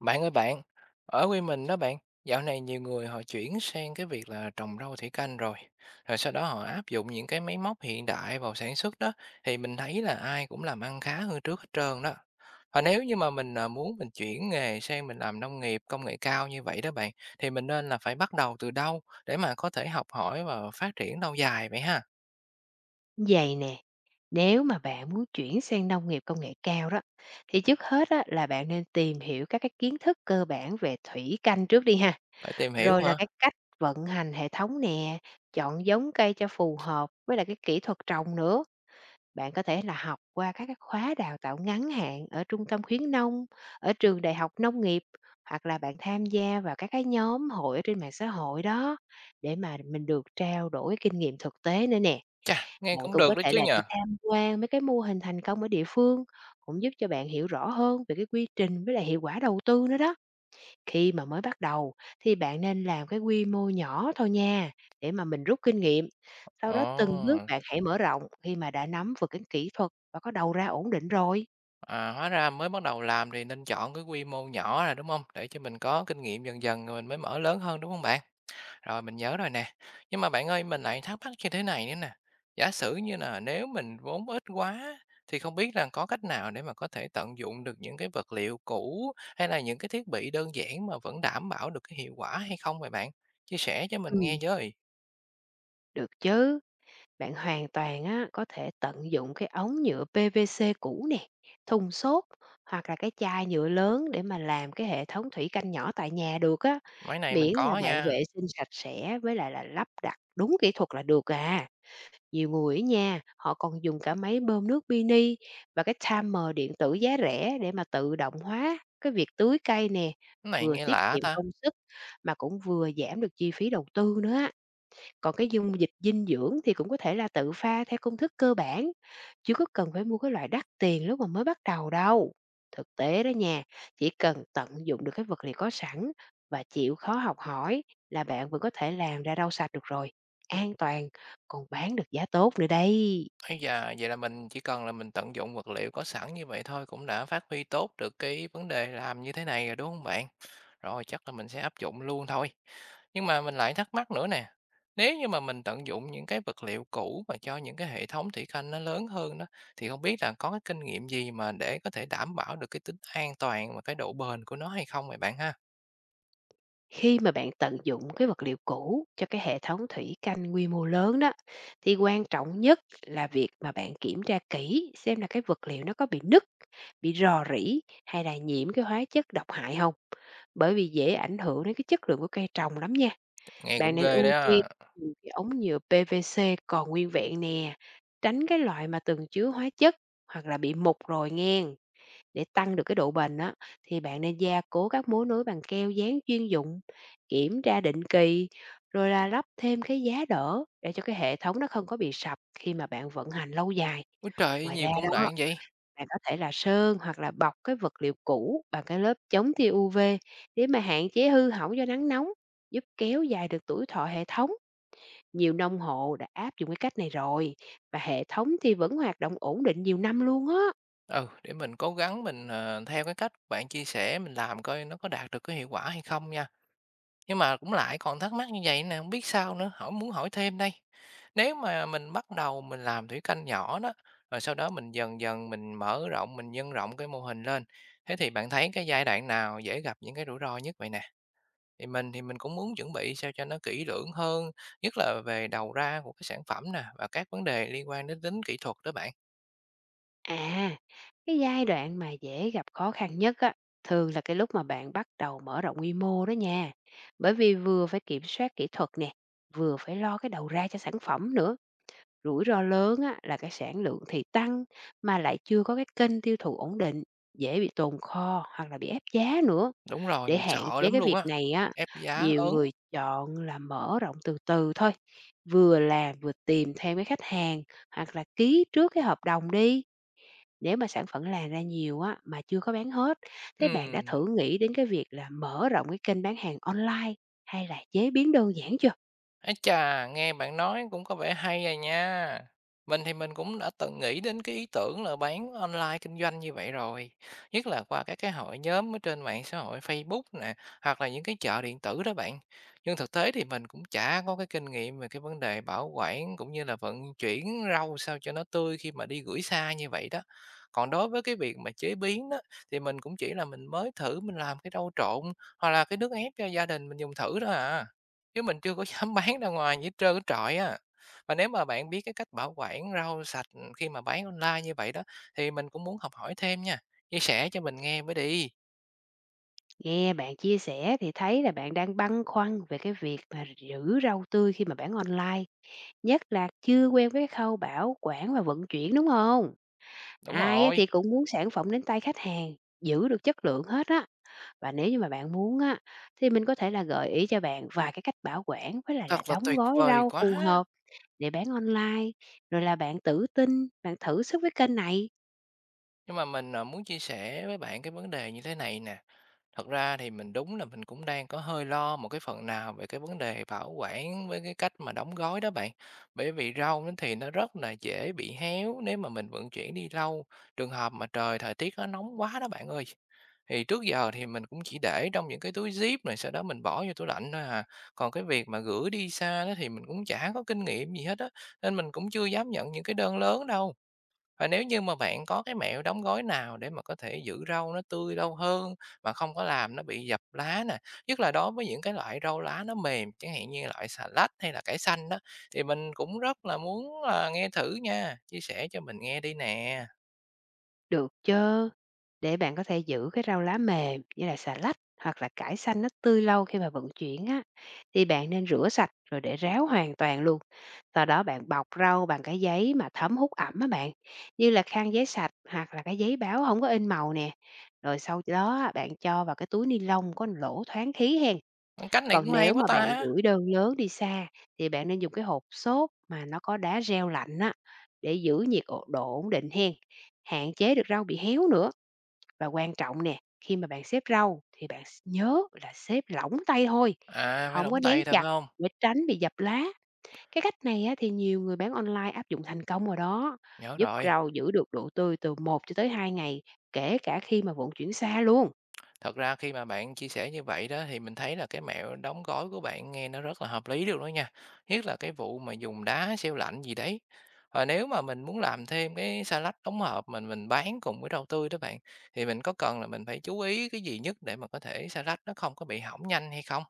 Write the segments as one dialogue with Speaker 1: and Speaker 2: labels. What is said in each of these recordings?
Speaker 1: Bạn ơi bạn, ở quê mình đó bạn, dạo này nhiều người họ chuyển sang cái việc là trồng rau thủy canh rồi. Rồi sau đó họ áp dụng những cái máy móc hiện đại vào sản xuất đó thì mình thấy là ai cũng làm ăn khá hơn trước hết trơn đó. Và nếu như mà mình muốn mình chuyển nghề sang mình làm nông nghiệp công nghệ cao như vậy đó bạn thì mình nên là phải bắt đầu từ đâu để mà có thể học hỏi và phát triển lâu dài vậy ha?
Speaker 2: Vậy nè, nếu mà bạn muốn chuyển sang nông nghiệp công nghệ cao đó, thì trước hết á, là bạn nên tìm hiểu các cái kiến thức cơ bản về thủy canh trước đi ha,
Speaker 1: Phải tìm hiểu
Speaker 2: rồi là
Speaker 1: hả?
Speaker 2: cái cách vận hành hệ thống nè, chọn giống cây cho phù hợp với lại cái kỹ thuật trồng nữa. Bạn có thể là học qua các cái khóa đào tạo ngắn hạn ở trung tâm khuyến nông, ở trường đại học nông nghiệp hoặc là bạn tham gia vào các cái nhóm hội ở trên mạng xã hội đó để mà mình được trao đổi kinh nghiệm thực tế nữa nè.
Speaker 1: Chà, nghe
Speaker 2: Bạn
Speaker 1: cũng
Speaker 2: cũng có
Speaker 1: được đó
Speaker 2: thể
Speaker 1: chứ
Speaker 2: là đi
Speaker 1: nhờ.
Speaker 2: tham quan mấy cái mô hình thành công ở địa phương, cũng giúp cho bạn hiểu rõ hơn về cái quy trình với lại hiệu quả đầu tư nữa đó. Khi mà mới bắt đầu thì bạn nên làm cái quy mô nhỏ thôi nha, để mà mình rút kinh nghiệm. Sau đó từng bước
Speaker 1: Ồ.
Speaker 2: bạn hãy mở rộng khi mà đã nắm vững cái kỹ thuật và có đầu ra ổn định rồi.
Speaker 1: À, hóa ra mới bắt đầu làm thì nên chọn cái quy mô nhỏ là đúng không? Để cho mình có kinh nghiệm dần dần rồi mình mới mở lớn hơn, đúng không bạn? Rồi, mình nhớ rồi nè. Nhưng mà bạn ơi, mình lại thắc mắc như thế này nữa nè, giả sử như là nếu mình vốn ít quá thì không biết là có cách nào để mà có thể tận dụng được những cái vật liệu cũ hay là những cái thiết bị đơn giản mà vẫn đảm bảo được cái hiệu quả hay không vậy bạn? Chia sẻ cho mình
Speaker 2: Ừ,
Speaker 1: nghe với.
Speaker 2: được chứ. Bạn hoàn toàn á, có thể tận dụng cái ống nhựa PVC cũ nè, thùng xốp hoặc là cái chai nhựa lớn để mà làm cái hệ thống thủy canh nhỏ tại nhà được á,
Speaker 1: Máy này mình
Speaker 2: miễn là
Speaker 1: có
Speaker 2: bạn
Speaker 1: nha,
Speaker 2: vệ sinh sạch sẽ với lại là lắp đặt đúng kỹ thuật là được à. Nhiều người ấy nha, họ còn dùng cả máy bơm nước mini và cái timer điện tử giá rẻ để mà tự động hóa cái việc tưới cây nè,
Speaker 1: cái này
Speaker 2: vừa
Speaker 1: nghe
Speaker 2: tiết
Speaker 1: lạ
Speaker 2: kiệm
Speaker 1: ta.
Speaker 2: công sức mà cũng vừa giảm được chi phí đầu tư nữa á. Còn cái dung dịch dinh dưỡng thì cũng có thể là tự pha theo công thức cơ bản, chứ có cần phải mua cái loại đắt tiền lúc mà mới bắt đầu đâu. Thực tế đó nha, chỉ cần tận dụng được cái vật liệu có sẵn và chịu khó học hỏi là bạn vẫn có thể làm ra rau sạch được rồi, an toàn, còn bán được giá tốt nữa đây.
Speaker 1: Ấy chà, vậy là mình chỉ cần là mình tận dụng vật liệu có sẵn như vậy thôi cũng đã phát huy tốt được cái vấn đề làm như thế này rồi đúng không bạn? Rồi chắc là mình sẽ áp dụng luôn thôi. Nhưng mà mình lại thắc mắc nữa nè. Nếu như mà mình tận dụng những cái vật liệu cũ mà cho những cái hệ thống thủy canh nó lớn hơn đó thì không biết là có cái kinh nghiệm gì mà để có thể đảm bảo được cái tính an toàn và cái độ bền của nó hay không vậy bạn ha?
Speaker 2: Khi mà bạn tận dụng cái vật liệu cũ cho cái hệ thống thủy canh quy mô lớn đó, thì quan trọng nhất là việc mà bạn kiểm tra kỹ xem là cái vật liệu nó có bị nứt, bị rò rỉ hay là nhiễm cái hóa chất độc hại không? Bởi vì dễ ảnh hưởng đến cái chất lượng của cây trồng lắm nha.
Speaker 1: Nghe
Speaker 2: Bạn
Speaker 1: cũng
Speaker 2: nên
Speaker 1: ghê
Speaker 2: ưu
Speaker 1: đấy
Speaker 2: tiên
Speaker 1: á.
Speaker 2: dùng cái ống nhựa PVC còn nguyên vẹn nè, tránh cái loại mà từng chứa hóa chất hoặc là bị mục rồi nghen. Để tăng được cái độ bền á, thì bạn nên gia cố các mối nối bằng keo dán chuyên dụng, kiểm tra định kỳ, rồi là lắp thêm cái giá đỡ để cho cái hệ thống nó không có bị sập khi mà bạn vận hành lâu dài.
Speaker 1: Úi trời,
Speaker 2: Ngoài ra
Speaker 1: nhiều công
Speaker 2: đó,
Speaker 1: đoạn vậy.
Speaker 2: bạn có thể là sơn hoặc là bọc cái vật liệu cũ bằng cái lớp chống tia UV để mà hạn chế hư hỏng do nắng nóng, giúp kéo dài được tuổi thọ hệ thống. Nhiều nông hộ đã áp dụng cái cách này rồi và hệ thống thì vẫn hoạt động ổn định nhiều năm luôn á.
Speaker 1: Ừ, để mình cố gắng mình, theo cái cách bạn chia sẻ mình làm coi nó có đạt được cái hiệu quả hay không nha. Nhưng mà cũng lại còn thắc mắc như vậy nè, không biết sao nữa, hỏi muốn hỏi thêm đây. Nếu mà mình bắt đầu mình làm thủy canh nhỏ đó, rồi sau đó mình dần dần mình mở rộng, mình nhân rộng cái mô hình lên, thế thì bạn thấy cái giai đoạn nào dễ gặp những cái rủi ro nhất vậy nè? Thì mình cũng muốn chuẩn bị sao cho nó kỹ lưỡng hơn, nhất là về đầu ra của cái sản phẩm nè, và các vấn đề liên quan đến tính kỹ thuật đó bạn.
Speaker 2: À, cái giai đoạn mà dễ gặp khó khăn nhất á, thường là cái lúc mà bạn bắt đầu mở rộng quy mô đó nha. Bởi vì vừa phải kiểm soát kỹ thuật nè, vừa phải lo cái đầu ra cho sản phẩm nữa. Rủi ro lớn á, là cái sản lượng thì tăng mà lại chưa có cái kênh tiêu thụ ổn định, dễ bị tồn kho hoặc là bị ép giá nữa.
Speaker 1: Đúng rồi,
Speaker 2: Để
Speaker 1: mình
Speaker 2: hạn
Speaker 1: sợ
Speaker 2: chế
Speaker 1: lắm
Speaker 2: cái
Speaker 1: luôn
Speaker 2: việc
Speaker 1: á,
Speaker 2: này á,
Speaker 1: ép giá,
Speaker 2: nhiều
Speaker 1: ớn.
Speaker 2: người chọn là mở rộng từ từ thôi, vừa làm vừa tìm thêm cái khách hàng hoặc là ký trước cái hợp đồng đi. Nếu mà sản phẩm làm ra nhiều á mà chưa có bán hết, thế bạn đã
Speaker 1: Ừm.
Speaker 2: thử nghĩ đến cái việc là mở rộng cái kênh bán hàng online hay là chế biến đơn giản chưa?
Speaker 1: Ái chà, nghe bạn nói cũng có vẻ hay rồi nha. Mình thì mình cũng đã từng nghĩ đến cái ý tưởng là bán online kinh doanh như vậy rồi. Nhất là qua các cái hội nhóm ở trên mạng xã hội Facebook nè, hoặc là những cái chợ điện tử đó bạn. Nhưng thực tế thì mình cũng chả có cái kinh nghiệm về cái vấn đề bảo quản cũng như là vận chuyển rau sao cho nó tươi khi mà đi gửi xa như vậy đó. Còn đối với cái việc mà chế biến đó thì mình cũng chỉ là mình mới thử mình làm cái rau trộn hoặc là cái nước ép cho gia đình mình dùng thử đó à. Chứ mình chưa có dám bán ra ngoài gì hết trơn hết trọi á. Và nếu mà bạn biết cái cách bảo quản rau sạch, khi mà bán online như vậy đó, thì mình cũng muốn học hỏi thêm nha, chia sẻ cho mình nghe mới đi.
Speaker 2: Nghe bạn chia sẻ thì thấy là bạn đang băn khoăn về cái việc mà giữ rau tươi khi mà bán online, nhất là chưa quen với cái khâu bảo quản và vận chuyển, đúng không?
Speaker 1: Đúng
Speaker 2: Ai á
Speaker 1: rồi,
Speaker 2: thì cũng muốn sản phẩm đến tay khách hàng, giữ được chất lượng hết á. Và nếu như mà bạn muốn á, thì mình có thể là gợi ý cho bạn vài cái cách bảo quản với lại là
Speaker 1: thật là
Speaker 2: đóng
Speaker 1: tuyệt
Speaker 2: gói
Speaker 1: vời
Speaker 2: rau
Speaker 1: quá!
Speaker 2: phù hợp để bán online, rồi là bạn tự tin, bạn thử sức với kênh này,
Speaker 1: Nhưng mà mình muốn chia sẻ với bạn cái vấn đề như thế này nè, thật ra thì mình đúng là mình cũng đang có hơi lo một cái phần nào về cái vấn đề bảo quản với cái cách mà đóng gói đó bạn. Bởi vì rau nó thì nó rất là dễ bị héo nếu mà mình vận chuyển đi lâu, trường hợp mà trời thời tiết nó nóng quá đó bạn ơi. Thì trước giờ thì mình cũng chỉ để trong những cái túi zip này sau đó mình bỏ vô tủ lạnh thôi à. Còn cái việc mà gửi đi xa đó thì mình cũng chả có kinh nghiệm gì hết á, nên mình cũng chưa dám nhận những cái đơn lớn đâu. Và nếu như mà bạn có cái mẹo đóng gói nào để mà có thể giữ rau nó tươi lâu hơn mà không có làm nó bị dập lá nè, nhất là đối với những cái loại rau lá nó mềm, chẳng hạn như loại xà lách hay là cải xanh đó, thì mình cũng rất là muốn là nghe thử nha, chia sẻ cho mình nghe đi nè.
Speaker 2: được chưa? Để bạn có thể giữ cái rau lá mềm như là xà lách hoặc là cải xanh nó tươi lâu khi mà vận chuyển á, thì bạn nên rửa sạch rồi để ráo hoàn toàn luôn. Sau đó bạn bọc rau bằng cái giấy mà thấm hút ẩm á bạn, như là khăn giấy sạch hoặc là cái giấy báo không có in màu nè. Rồi sau đó á, bạn cho vào cái túi ni lông có lỗ thoáng khí hen.
Speaker 1: Cách này
Speaker 2: Còn
Speaker 1: cũng hay
Speaker 2: nếu
Speaker 1: quá
Speaker 2: mà bạn
Speaker 1: ta.
Speaker 2: gửi đơn lớn đi xa thì bạn nên dùng cái hộp xốp mà nó có đá reo lạnh á để giữ nhiệt độ ổn định hen. Hạn chế được rau bị héo nữa. Và quan trọng nè, khi mà bạn xếp rau thì bạn nhớ là xếp lỏng tay thôi,
Speaker 1: À, phải
Speaker 2: không có
Speaker 1: lỏng
Speaker 2: nén
Speaker 1: tay thôi
Speaker 2: chặt
Speaker 1: phải hông?
Speaker 2: để tránh bị dập lá. Cái cách này á thì nhiều người bán online áp dụng thành công rồi đó,
Speaker 1: Nhớ
Speaker 2: giúp
Speaker 1: rồi.
Speaker 2: rau giữ được độ tươi từ 1 cho tới 2 ngày, kể cả khi mà vận chuyển xa luôn.
Speaker 1: Thật ra khi mà bạn chia sẻ như vậy đó thì mình thấy là cái mẹo đóng gói của bạn nghe nó rất là hợp lý luôn đó nha. Nhất là cái vụ mà dùng đá siêu lạnh gì đấy. Và nếu mà mình muốn làm thêm cái salad đóng hộp mình bán cùng với rau tươi đó bạn thì mình có cần là mình phải chú ý cái gì nhất để mà có thể salad nó không có bị hỏng nhanh hay không?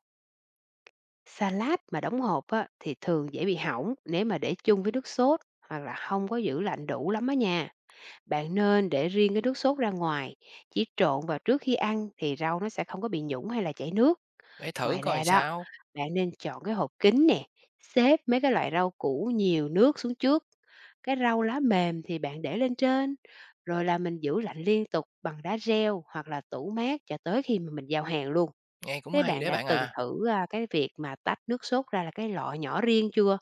Speaker 2: Salad mà đóng hộp á thì thường dễ bị hỏng nếu mà để chung với nước sốt hoặc là không có giữ lạnh đủ lắm á nha. Bạn nên để riêng cái nước sốt ra ngoài, chỉ trộn vào trước khi ăn thì rau nó sẽ không có bị nhũng hay là chảy nước.
Speaker 1: Để thử
Speaker 2: Ngoài
Speaker 1: coi
Speaker 2: ra đó,
Speaker 1: sao.
Speaker 2: bạn nên chọn cái hộp kính nè, xếp mấy cái loại rau củ nhiều nước xuống trước. Cái rau lá mềm thì bạn để lên trên, rồi là mình giữ lạnh liên tục bằng đá reo hoặc là tủ mát cho tới khi mà mình giao hàng luôn.
Speaker 1: Nghe cũng
Speaker 2: Thế
Speaker 1: hay
Speaker 2: bạn
Speaker 1: đấy
Speaker 2: đã
Speaker 1: bạn
Speaker 2: từng
Speaker 1: à.
Speaker 2: thử, cái việc mà tách nước sốt ra là cái lọ nhỏ riêng chưa?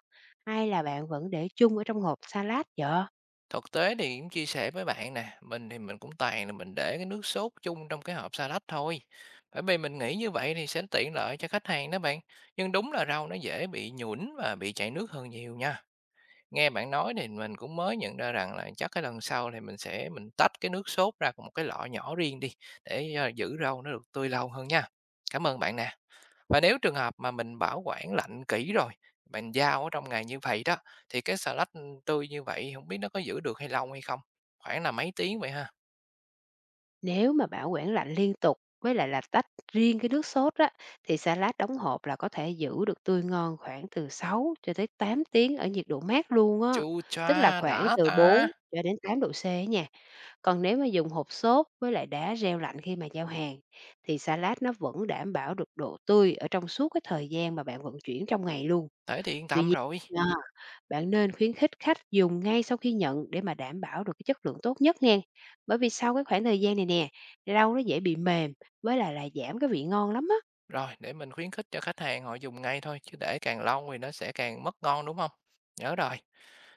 Speaker 2: Hay là bạn vẫn để chung ở trong hộp salad lát vậy?
Speaker 1: Thực tế thì cũng chia sẻ với bạn nè, mình thì mình cũng toàn là mình để cái nước sốt chung trong cái hộp salad thôi. Bởi vì mình nghĩ như vậy thì sẽ tiện lợi cho khách hàng đó bạn. Nhưng đúng là rau nó dễ bị nhũn và bị chảy nước hơn nhiều nha. Nghe bạn nói thì mình cũng mới nhận ra rằng là chắc cái lần sau thì mình sẽ mình tách cái nước sốt ra một cái lọ nhỏ riêng đi để giữ rau nó được tươi lâu hơn nha. Cảm ơn bạn nè. Và nếu trường hợp mà mình bảo quản lạnh kỹ rồi, mình giao ở trong ngày như vậy đó, thì cái xà lách, ừ, tươi như vậy không biết nó có giữ được hay lâu hay không? Khoảng là mấy tiếng vậy ha?
Speaker 2: Nếu mà bảo quản lạnh liên tục với lại là tách riêng cái nước sốt á, thì salad đóng hộp là có thể giữ được tươi ngon khoảng từ 6 cho tới 8 tiếng ở nhiệt độ mát luôn á,
Speaker 1: Chu
Speaker 2: tức là
Speaker 1: choa,
Speaker 2: khoảng
Speaker 1: đã
Speaker 2: từ
Speaker 1: ta!
Speaker 2: 4 cho đến 8°C á nha. Còn nếu mà dùng hộp sốt với lại đá reo lạnh khi mà giao hàng thì salad nó vẫn đảm bảo được độ tươi ở trong suốt cái thời gian mà bạn vận chuyển trong ngày luôn.
Speaker 1: Thế thì yên
Speaker 2: Tuy
Speaker 1: tâm
Speaker 2: nhiên,
Speaker 1: rồi.
Speaker 2: bạn nên khuyến khích khách dùng ngay sau khi nhận để mà đảm bảo được cái chất lượng tốt nhất nha. Bởi vì sau cái khoảng thời gian này nè, rau nó dễ bị mềm với lại là giảm cái vị ngon lắm á.
Speaker 1: Rồi, để mình khuyến khích cho khách hàng họ dùng ngay thôi, chứ để càng lâu thì nó sẽ càng mất ngon, đúng không. Nhớ rồi.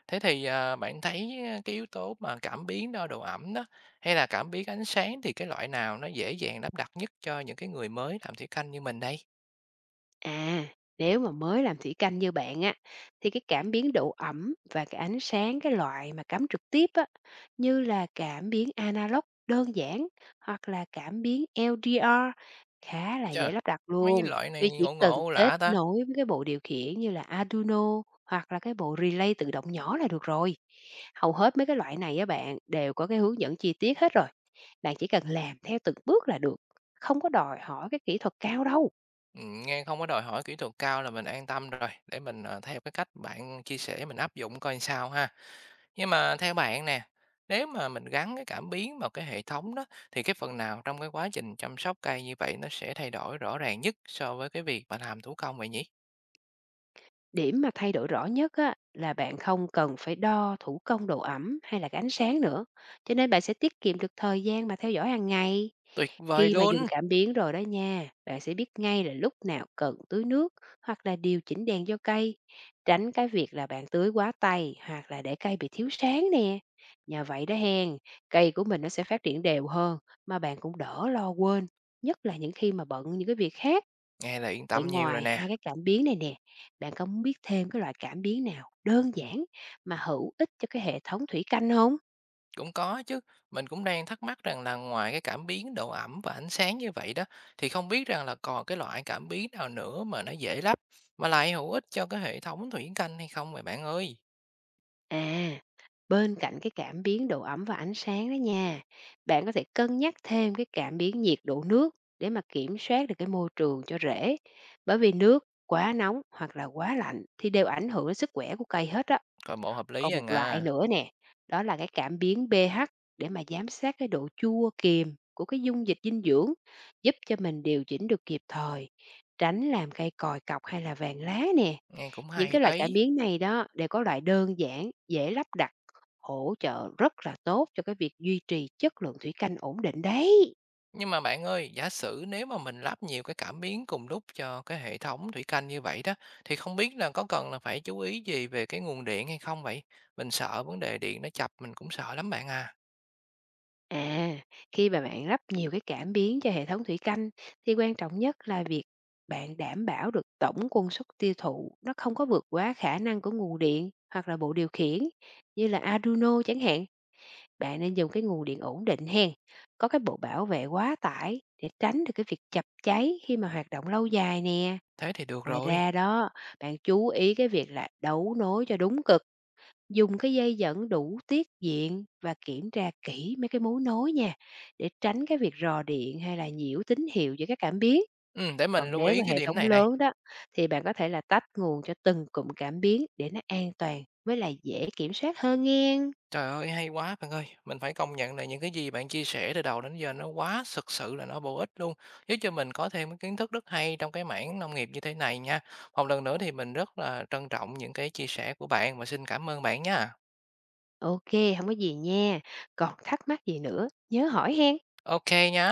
Speaker 1: Thế thì, bạn thấy, cái yếu tố mà cảm biến đo độ ẩm đó, hay là cảm biến ánh sáng thì cái loại nào nó dễ dàng lắp đặt nhất cho những cái người mới làm thủy canh như mình đây?
Speaker 2: À, nếu mà mới làm thủy canh như bạn á, thì cái cảm biến độ ẩm và cái ánh sáng cái loại mà cắm trực tiếp á, như là cảm biến analog đơn giản hoặc là cảm biến LDR khá là
Speaker 1: Chà,
Speaker 2: dễ lắp đặt
Speaker 1: mấy cái
Speaker 2: luôn.
Speaker 1: loại
Speaker 2: Vì
Speaker 1: này
Speaker 2: chỉ
Speaker 1: ngộ
Speaker 2: cần
Speaker 1: ngộ
Speaker 2: kết
Speaker 1: lạ ta?
Speaker 2: nối với cái bộ điều khiển như là Arduino hoặc là cái bộ relay tự động nhỏ là được rồi. Hầu hết mấy cái loại này á bạn đều có cái hướng dẫn chi tiết hết rồi. Bạn chỉ cần làm theo từng bước là được. Không có đòi hỏi cái kỹ thuật cao đâu.
Speaker 1: Nghe không có đòi hỏi kỹ thuật cao là mình an tâm rồi, để mình, theo cái cách bạn chia sẻ mình áp dụng coi sao ha. Nhưng mà theo bạn nè, nếu mà mình gắn cái cảm biến vào cái hệ thống đó, thì cái phần nào trong cái quá trình chăm sóc cây như vậy nó sẽ thay đổi rõ ràng nhất so với cái việc bạn làm thủ công vậy nhỉ?
Speaker 2: Điểm mà thay đổi rõ nhất á, là bạn không cần phải đo thủ công độ ẩm hay là cái ánh sáng nữa, cho nên bạn sẽ tiết kiệm được thời gian mà theo dõi hàng ngày.
Speaker 1: Tuyệt vời
Speaker 2: Khi mà dùng
Speaker 1: luôn!
Speaker 2: cảm biến rồi đó nha, bạn sẽ biết ngay là lúc nào cần tưới nước hoặc là điều chỉnh đèn cho cây, tránh cái việc là bạn tưới quá tay hoặc là để cây bị thiếu sáng nè. Nhờ vậy đó hen, cây của mình nó sẽ phát triển đều hơn mà bạn cũng đỡ lo quên, nhất là những khi mà bận những cái việc khác.
Speaker 1: Nghe là yên
Speaker 2: Vậy
Speaker 1: tâm nhiều rồi
Speaker 2: ngoài
Speaker 1: nè.
Speaker 2: hai cái cảm biến này nè, bạn có muốn biết thêm cái loại cảm biến nào đơn giản mà hữu ích cho cái hệ thống thủy canh không?
Speaker 1: Cũng có chứ, mình cũng đang thắc mắc rằng là ngoài cái cảm biến độ ẩm và ánh sáng như vậy đó, thì không biết rằng là còn cái loại cảm biến nào nữa mà nó dễ lắp mà lại hữu ích cho cái hệ thống thủy canh hay không vậy bạn ơi?
Speaker 2: À, bên cạnh cái cảm biến độ ẩm và ánh sáng đó nha, bạn có thể cân nhắc thêm cái cảm biến nhiệt độ nước để mà kiểm soát được cái môi trường cho rễ. Bởi vì nước quá nóng hoặc là quá lạnh thì đều ảnh hưởng đến sức khỏe của cây hết á.
Speaker 1: Coi bộ hợp lý
Speaker 2: Còn
Speaker 1: à
Speaker 2: một loại
Speaker 1: à,
Speaker 2: nữa nè, đó là cái cảm biến pH để mà giám sát cái độ chua kiềm của cái dung dịch dinh dưỡng, giúp cho mình điều chỉnh được kịp thời, tránh làm cây còi cọc hay là vàng lá nè.
Speaker 1: nghe cũng
Speaker 2: Những
Speaker 1: hay
Speaker 2: cái loại cảm
Speaker 1: đấy.
Speaker 2: biến này đó đều có loại đơn giản, dễ lắp đặt, hỗ trợ rất là tốt cho cái việc duy trì chất lượng thủy canh ổn định đấy.
Speaker 1: Nhưng mà bạn ơi, giả sử nếu mà mình lắp nhiều cái cảm biến cùng lúc cho cái hệ thống thủy canh như vậy đó, thì không biết là có cần là phải chú ý gì về cái nguồn điện hay không vậy? Mình sợ vấn đề điện nó chập, mình cũng sợ lắm bạn à.
Speaker 2: À, khi mà bạn lắp nhiều cái cảm biến cho hệ thống thủy canh thì quan trọng nhất là việc bạn đảm bảo được tổng công suất tiêu thụ nó không có vượt quá khả năng của nguồn điện hoặc là bộ điều khiển như là Arduino chẳng hạn. Bạn nên dùng cái nguồn điện ổn định hen. Có cái bộ bảo vệ quá tải để tránh được cái việc chập cháy khi mà hoạt động lâu dài nè.
Speaker 1: Thế thì được
Speaker 2: Ngoài
Speaker 1: rồi.
Speaker 2: ra đó, bạn chú ý cái việc là đấu nối cho đúng cực. Dùng cái dây dẫn đủ tiết diện và kiểm tra kỹ mấy cái mối nối nha, để tránh cái việc rò điện hay là nhiễu tín hiệu giữa các cảm biến.
Speaker 1: Ừ, để
Speaker 2: Còn
Speaker 1: mình lưu
Speaker 2: nếu mà
Speaker 1: ý cái
Speaker 2: hệ
Speaker 1: điểm
Speaker 2: thống
Speaker 1: này này.
Speaker 2: lớn đó thì bạn có thể là tách nguồn cho từng cụm cảm biến để nó an toàn với lại dễ kiểm soát hơn nghe.
Speaker 1: Trời ơi, hay quá bạn ơi! Mình phải công nhận là những cái gì bạn chia sẻ từ đầu đến giờ nó quá thực sự là nó bổ ích luôn, giúp cho mình có thêm cái kiến thức rất hay trong cái mảng nông nghiệp như thế này nha. Một lần nữa thì mình rất là trân trọng những cái chia sẻ của bạn và xin cảm ơn bạn nha.
Speaker 2: Ok, không có gì nha. Còn thắc mắc gì nữa, nhớ hỏi hen.
Speaker 1: OK kê nhá.